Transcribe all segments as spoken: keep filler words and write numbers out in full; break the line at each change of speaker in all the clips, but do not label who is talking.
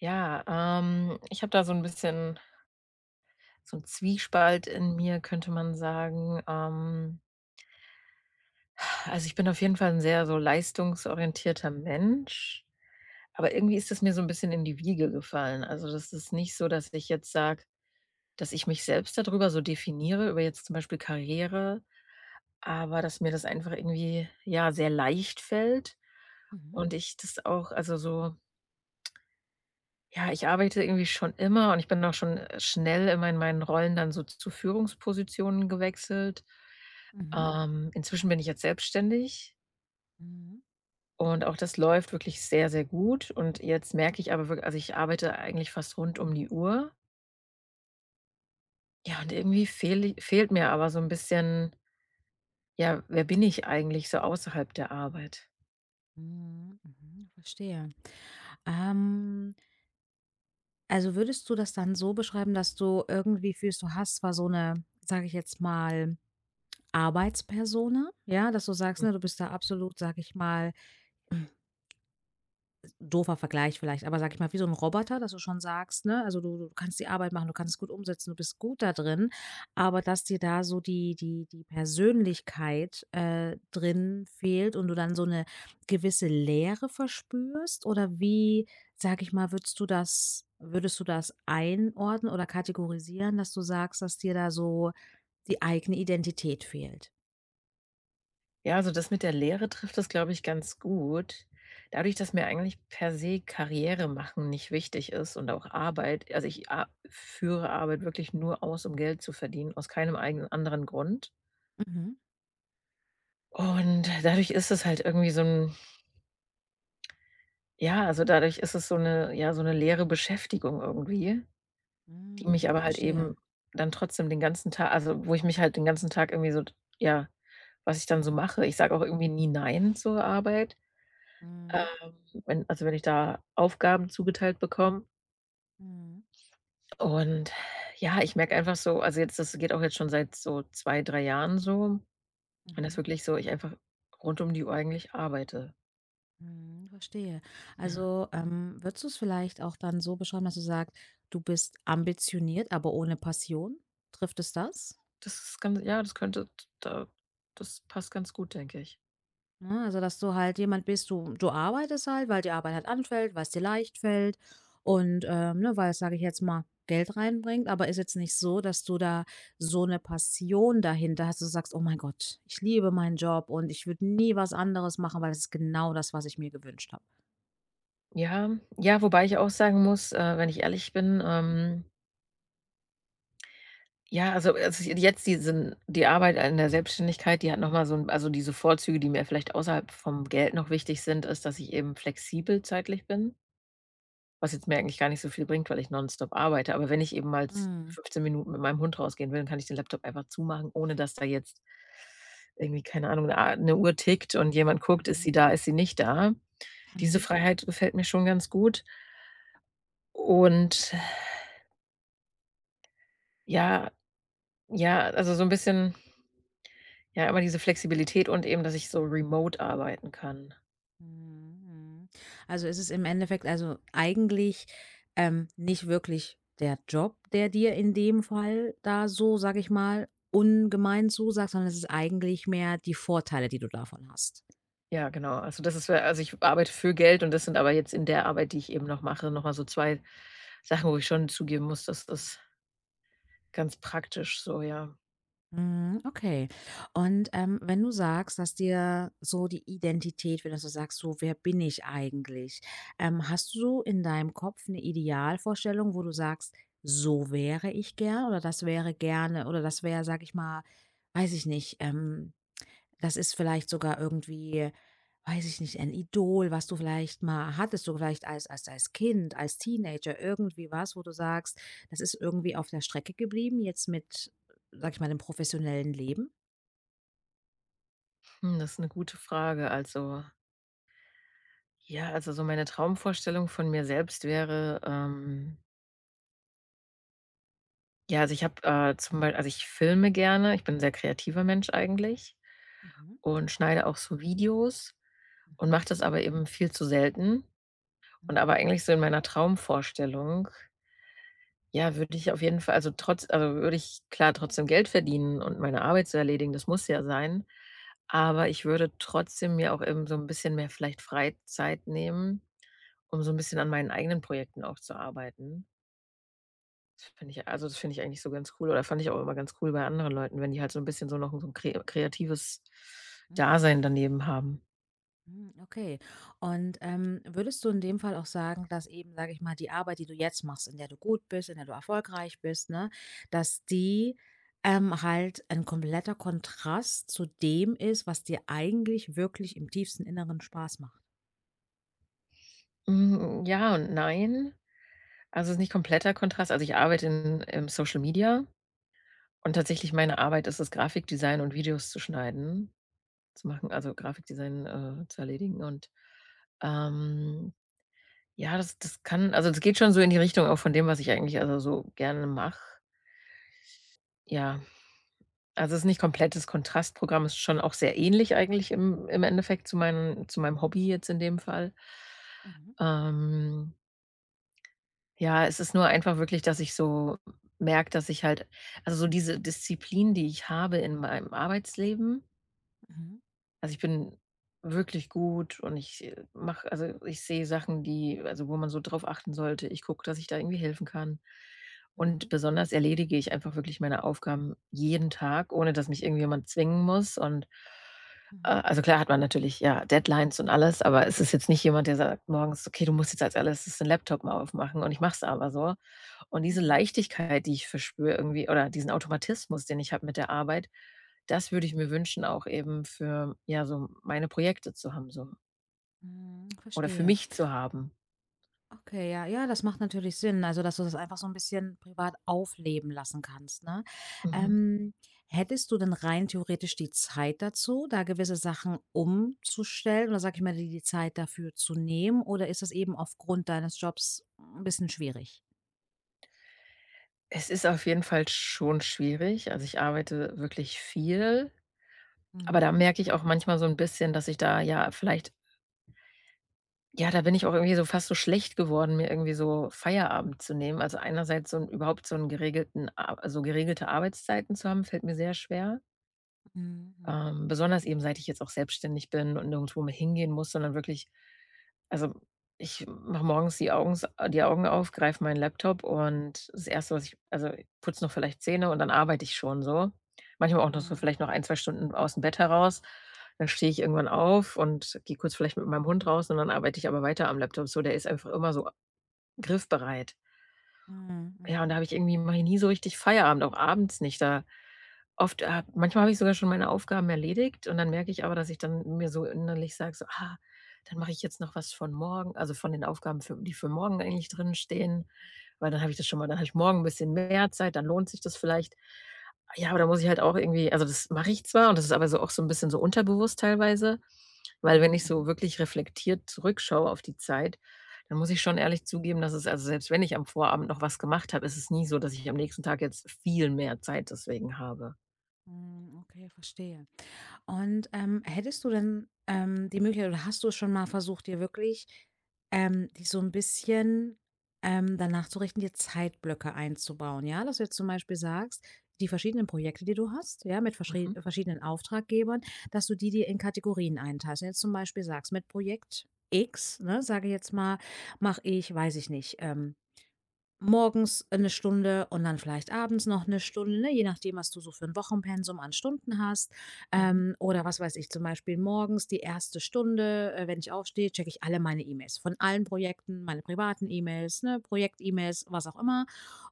Ja, ähm, ich habe da so ein bisschen so 'n Zwiespalt in mir, könnte man sagen. Ähm, also, ich bin auf jeden Fall 'n sehr so leistungsorientierter Mensch, aber irgendwie ist das mir so 'n bisschen in die Wiege gefallen. Also, das ist nicht so, dass ich jetzt sage, dass ich mich selbst da drüber so definiere, über jetzt zum Beispiel Karriere, aber dass mir das einfach irgendwie, ja, sehr leicht fällt
Mhm,
und ich das auch, also, so. Ja, ich arbeite irgendwie schon immer, und ich bin auch schon, äh, schnell immer in meinen Rollen dann so zu Führungspositionen gewechselt.
mhm,
Ähm, inzwischen bin ich jetzt selbstständig,
mhm,
und auch das läuft wirklich sehr, sehr gut, und jetzt merke ich aber wirklich, also, ich arbeite eigentlich fast rund um die Uhr. Ja, und irgendwie fehl fehlt mir aber so ein bisschen, ja, wer bin ich eigentlich so außerhalb der Arbeit?
mhm, mhm, verstehe. Ähm, also würdest du das dann so beschreiben, dass du irgendwie fühlst, du hast zwar so eine, sage ich jetzt mal, Arbeitspersona, ja, dass du sagst, ne, du bist da absolut, sage ich mal, doofer Vergleich vielleicht, aber sag ich mal, wie so ein Roboter, dass du schon sagst, ne, also, du du kannst die Arbeit machen, du kannst es gut umsetzen, du bist gut da drin, aber dass dir da so die die die Persönlichkeit, äh, drin fehlt und du dann so eine gewisse Leere verspürst? Oder wie, sag ich mal, würdest du das würdest du das einordnen oder kategorisieren, dass du sagst, dass dir da so die eigene Identität fehlt.
Ja, also das mit der Lehre trifft das, glaube ich, ganz gut. Dadurch, dass mir eigentlich per se Karriere machen nicht wichtig ist, und auch Arbeit, also ich a führe Arbeit wirklich nur aus, um Geld zu verdienen, aus keinem eigenen anderen Grund.
Mhm.
Und dadurch ist es halt irgendwie so ein, ja, also dadurch ist es so eine, ja, so eine leere Beschäftigung irgendwie, die mich
Hm,
aber halt eben
verstehe.
dann trotzdem den ganzen Tag, also wo ich mich halt den ganzen Tag irgendwie so, ja, was ich dann so mache. Ich sage auch irgendwie nie „nein" zur Arbeit.
Mhm.
Ähm, Wenn also, wenn ich da Aufgaben zugeteilt bekomme
Mhm.
und, ja, ich merke einfach so, also, jetzt das geht auch jetzt schon seit so zwei drei Jahren so, und das
Mhm.
wirklich so ich einfach rund um die Uhr eigentlich arbeite.
Mhm. Verstehe.
Ja,
Also, ähm, würdest du es vielleicht auch dann so beschreiben, dass du sagst, du bist ambitioniert, aber ohne Passion? Trifft es das?
das ist ganz, ja, das könnte, da, das passt ganz gut, denke ich.
Ne, also, dass du halt jemand bist, du du arbeitest halt, weil die Arbeit halt anfällt, weil es dir leicht fällt und, ähm, ne, weil's, sage ich jetzt mal, Geld reinbringt, aber ist jetzt nicht so, dass du da so eine Passion dahinter hast, dass du sagst: „Oh mein Gott, ich liebe meinen Job und ich würde nie was anderes machen, weil das ist genau das, was ich mir gewünscht habe.“
Ja, ja, wobei ich auch sagen muss, äh, wenn ich ehrlich bin, ähm, ja, also also, jetzt diesen die Arbeit in der Selbstständigkeit, die hat noch mal so 'n, also, diese Vorzüge, die mir vielleicht außerhalb vom Geld noch wichtig sind, ist, dass ich eben flexibel zeitlich bin. Was jetzt mir eigentlich gar nicht so viel bringt, weil ich nonstop arbeite. Aber wenn ich eben mal z
Mhm,
fünfzehn Minuten mit meinem Hund rausgehen will, dann kann ich den Laptop einfach zumachen, ohne dass da jetzt irgendwie, keine Ahnung, eine A 'ne Uhr tickt und jemand guckt: „Ist sie
mhm,
da? Ist sie nicht da?" Diese
mhm.
Freiheit gefällt mir schon ganz gut. Und, ja, ja, also so ein bisschen, ja, immer diese Flexibilität und eben, dass ich so remote arbeiten kann.
Mhm, mhm. Also, ist es im Endeffekt also eigentlich, ähm, nicht wirklich der Job, der dir in dem Fall da so, sage ich mal, ungemein zusagt, sondern es ist eigentlich mehr die Vorteile, die du davon hast?
Ja, genau. Also, das ist, wär, also ich arbeite für Geld, und das sind aber jetzt in der Arbeit, die ich eben noch mache, noch mal so zwei Sachen, wo ich schon zugeben muss, dass das ganz praktisch so, ja.
Mhm, okay. Und, ähm, wenn du sagst, dass dir so die Identität, wenn du so sagst, so: „Wer bin ich eigentlich?“ Ähm, hast du so in deinem Kopf eine Idealvorstellung, wo du sagst: „So wäre ich gern“ oder „Das wäre gerne“ oder „Das wäre, sage ich mal“, weiß ich nicht, ähm das ist vielleicht sogar irgendwie, weiß ich nicht, ein Idol, was du vielleicht mal hattest, du vielleicht als als als Kind, als Teenager, irgendwie was, wo du sagst, das ist irgendwie auf der Strecke geblieben, jetzt mit, sag ich mal, dem professionellen Leben?
Hm, das ist 'ne gute Frage. Also, ja, also, so meine Traumvorstellung von mir selbst wäre, ähm ja, also, ich habe, äh, zum Bei also, ich filme gerne. Ich bin 'n sehr kreativer Mensch eigentlich
Mhm,
und schneide auch so Videos und
mhm,
mache das aber eben viel zu selten. Und aber
mhm,
eigentlich so in meiner Traumvorstellung, ja, würde ich auf jeden Fall, also, trotz also, würde ich klar trotzdem Geld verdienen und meine Arbeit zu erledigen, das muss ja sein. Aber ich würde trotzdem mir auch eben so ein bisschen mehr vielleicht Freizeit nehmen, um so ein bisschen an meinen eigenen Projekten auch zu arbeiten. Das finde ich, also, das finde ich eigentlich so ganz cool oder fand ich auch immer ganz cool bei anderen Leuten, wenn die halt so ein bisschen so noch so 'n kre kreatives
mhm.
Dasein daneben haben.
Hm, okay. Und ähm, würdest du in dem Fall auch sagen, dass eben, sage ich mal, die Arbeit, die du jetzt machst, in der du gut bist, in der du erfolgreich bist, ne, dass die ähm, halt ein kompletter Kontrast zu dem ist, was dir eigentlich wirklich im tiefsten Inneren Spaß macht?
Hm, ja und nein. Also, es ist nicht kompletter Kontrast. Also, ich arbeite in im Social Media. Und tatsächlich meine Arbeit ist es, Grafikdesign und Videos zu schneiden zu machen, also Grafikdesign, äh, zu erledigen, und, ähm, ja, das das kann, also, das geht schon so in die Richtung auch von dem, was ich eigentlich, also, so gerne mache. Ja, also es ist nicht komplettes Kontrastprogramm, ist schon auch sehr ähnlich eigentlich im im Endeffekt zu meinen zu meinem Hobby jetzt in dem Fall.
Mhm,
Ähm, ja, es ist nur einfach wirklich, dass ich so merke, dass ich halt, also, so diese Disziplin, die ich habe in meinem Arbeitsleben.
mhm,
Also, ich bin wirklich gut, und ich, äh, mache, also, ich sehe Sachen, die, also, wo man so drauf achten sollte. Ich gucke, dass ich da irgendwie helfen kann. Und
mhm,
besonders erledige ich einfach wirklich meine Aufgaben jeden Tag, ohne dass mich irgendjemand zwingen muss, und, äh,
mhm,
also, klar hat man natürlich, ja, Deadlines und alles, aber es ist jetzt nicht jemand, der sagt morgens: „Okay, du musst jetzt als Erstes den Laptop mal aufmachen", und ich mache es aber so. Und
mhm,
diese
mhm,
Leichtigkeit, die ich verspüre irgendwie, oder diesen Automatismus, den ich habe mit der Arbeit, das würde ich mir wünschen, auch eben für, ja, so meine Projekte zu haben, so,
mhm,
oder für
verstehe.
mich zu haben.
Okay, ja, ja, das macht natürlich Sinn. Also, dass du das einfach so ein bisschen privat aufleben lassen kannst, ne?
Mhm.
Ähm, Hättest du denn rein theoretisch die Zeit dazu, da gewisse Sachen umzustellen oder, sag ich mal, dir die Zeit dafür zu nehmen oder ist das eben aufgrund deines Jobs 'n bisschen schwierig?
Es ist auf jeden Fall schon schwierig. Also, ich arbeite wirklich viel, aber da
Mhm.
merke ich auch manchmal so ein bisschen, dass ich da, ja, vielleicht, ja, da bin ich auch irgendwie so fast so schlecht geworden, mir irgendwie so Feierabend zu nehmen. Also einerseits so 'n überhaupt so 'n geregelten, a also, geregelte Arbeitszeiten zu haben, fällt mir sehr schwer.
Mhm, mhm,
Ähm, besonders eben, seit ich jetzt auch selbstständig bin und nirgendwo mehr hingehen muss, sondern wirklich, also, ich mache morgens die Augens äh, die Augen auf, greife meinen Laptop, und das erste, was ich, also, putze noch vielleicht Zähne, und dann arbeite ich schon so. Manchmal auch noch so
mhm,
vielleicht noch ein, zwei Stunden aus dem Bett heraus. Dann stehe ich irgendwann auf und gehe kurz vielleicht mit meinem Hund raus, und dann arbeite ich aber weiter am Laptop. So, der ist einfach immer so griffbereit.
mhm,
Ja, und da
mhm,
habe ich irgendwie, mache ich nie so richtig Feierabend, auch abends nicht. Da Oft äh, Manchmal habe ich sogar schon meine Aufgaben erledigt, und dann merke ich aber, dass ich dann mir so innerlich sage, so: „Ah, dann mache ich jetzt noch was von morgen, also, von den Aufgaben, für die, für morgen eigentlich drin stehen, weil dann habe ich das schon mal, dann habe ich morgen ein bisschen mehr Zeit, dann lohnt sich das vielleicht." Ja, aber da muss ich halt auch irgendwie, also, das mache ich zwar, und das ist aber so auch so ein bisschen so unterbewusst teilweise, weil wenn
mhm,
ich so
mhm,
wirklich reflektiert zurückschaue auf die Zeit, dann muss ich schon ehrlich zugeben, dass es, also, selbst wenn ich am Vorabend noch was gemacht habe, ist es nie so, dass ich am nächsten Tag jetzt viel mehr Zeit deswegen habe.
mhm, okay, verstehe. Und, ähm, hättest du denn, ähm, die Möglichkeit oder hast du es schon mal versucht, dir wirklich, ähm dich so ein bisschen, ähm, danach zu richten, dir Zeitblöcke einzubauen, ja? Dass du jetzt zum Beispiel sagst, die verschiedenen Projekte, die du hast, ja, mit verschrie
Mhm,
verschiedenen Auftraggebern, dass du die dir in Kategorien einteilst. Wenn du jetzt zum Beispiel sagst, mit Projekt X, ne, sage ich jetzt mal, mache ich, weiß ich nicht, ähm morgens eine Stunde und dann vielleicht abends noch eine Stunde, ne, je nachdem, was du so für ein Wochenpensum an Stunden hast.
mhm,
Ähm, oder was weiß ich, zum Beispiel morgens die erste Stunde, äh, wenn ich aufstehe, checke ich alle meine E-Mails von allen Projekten, meine privaten E-Mails, ne, Projekt-E-Mails, was auch immer,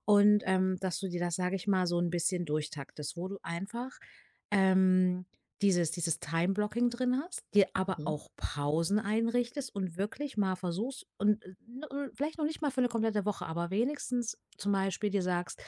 und, ähm, dass du dir das, sage ich mal, so ein bisschen durchtaktest, wo du einfach, ähm, dieses dieses Time-Blocking drin hast, dir aber
mhm,
auch Pausen einrichtest und wirklich mal versuchst, und, äh, n vielleicht noch nicht mal für eine komplette Woche, aber wenigstens zum Beispiel dir sagst: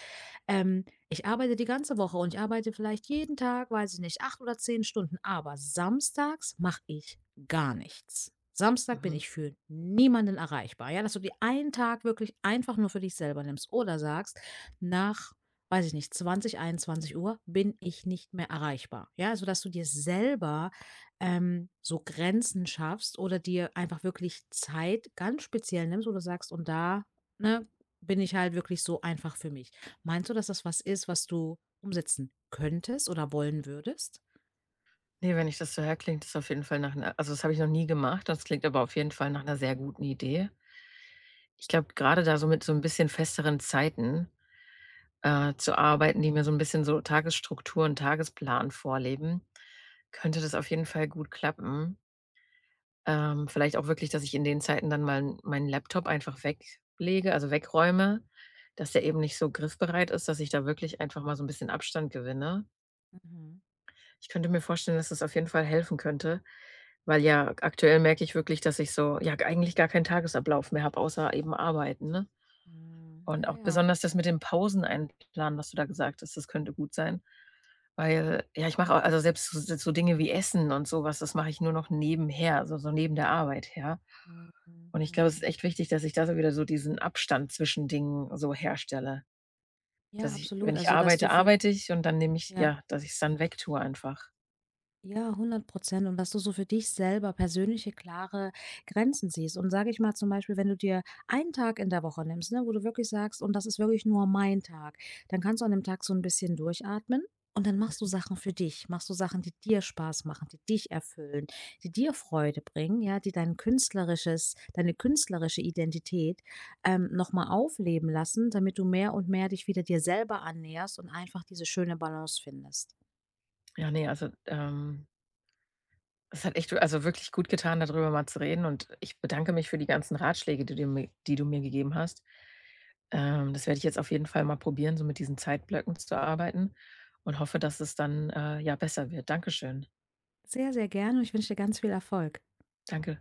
ähm, ich arbeite die ganze Woche und ich arbeite vielleicht jeden Tag, weiß ich nicht, acht oder zehn Stunden, aber samstags mache ich gar nichts. Samstag bin
mhm.
ich für niemanden erreichbar. Ja, dass du dir einen Tag wirklich einfach nur für dich selber nimmst oder sagst, nach, weiß ich nicht, zwanzig, einundzwanzig Uhr bin ich nicht mehr erreichbar. Ja, also dass du dir selber, ähm, so Grenzen schaffst oder dir einfach wirklich Zeit ganz speziell nimmst, wo du sagst, und da, ne, bin ich halt wirklich so einfach für mich. Meinst du, dass das was ist, was du umsetzen könntest oder wollen würdest?
Ne, wenn ich das so höre, klingt das auf jeden Fall nach 'ner, also, das habe ich noch nie gemacht, das klingt aber auf jeden Fall nach einer sehr guten Idee. Ich glaube, gerade da so mit so ein bisschen festeren Zeiten, äh, zu arbeiten, die mir so ein bisschen so Tagesstrukturen, Tagesplan vorleben, könnte das auf jeden Fall gut klappen. Ähm, vielleicht auch wirklich, dass ich in den Zeiten dann mal meinen Laptop einfach weglege, also, wegräume, dass der eben nicht so griffbereit ist, dass ich da wirklich einfach mal so ein bisschen Abstand gewinne.
Mhm.
Ich könnte mir vorstellen, dass es auf jeden Fall helfen könnte, weil, ja, aktuell merke ich wirklich, dass ich so, ja, eigentlich gar keinen Tagesablauf mehr habe, außer eben arbeiten, ne?
Hm,
Und
ja,
auch
ja.
besonders das mit den Pausen einplanen, was du da gesagt hast, das könnte gut sein, weil, ja, ich mache auch, also selbst so so Dinge wie Essen und sowas, das mache ich nur noch nebenher, also so neben der Arbeit, ja.
Mhm,
Und ich glaube, es ist
mhm.
echt wichtig, dass ich da so wieder so diesen Abstand zwischen Dingen so herstelle, dass
Ja,
ich, wenn
absolut.
ich
Also, dass du
arbeite,
für
arbeite ich, und dann nehme ich,
ja.
ja, dass ich es dann wegtue einfach.
Ja, hundert Prozent. Und dass du so für dich selber persönliche, klare Grenzen siehst. Und sage ich mal zum Beispiel, wenn du dir einen Tag in der Woche nimmst, ne, wo du wirklich sagst: „Und das ist wirklich nur mein Tag“, dann kannst du an dem Tag so ein bisschen durchatmen und dann machst du
Mhm.
Sachen für dich. Machst du Sachen, die dir Spaß machen, die dich erfüllen, die dir Freude bringen, ja, die dein künstlerisches deine künstlerische Identität, ähm, noch mal aufleben lassen, damit du mehr und mehr dich wieder dir selber annäherst und einfach diese schöne Balance findest.
Ja, ne, also, ähm, es hat echt, also, wirklich gut getan, da drüber mal zu reden, und ich bedanke mich für die ganzen Ratschläge, die du mir die du mir gegeben hast. Ähm, das werde ich jetzt auf jeden Fall mal probieren, so mit diesen Zeitblöcken zu arbeiten, und hoffe, dass es dann, äh, ja, besser wird. Dankeschön.
Sehr, sehr gerne und ich wünsche dir ganz viel Erfolg.
Danke.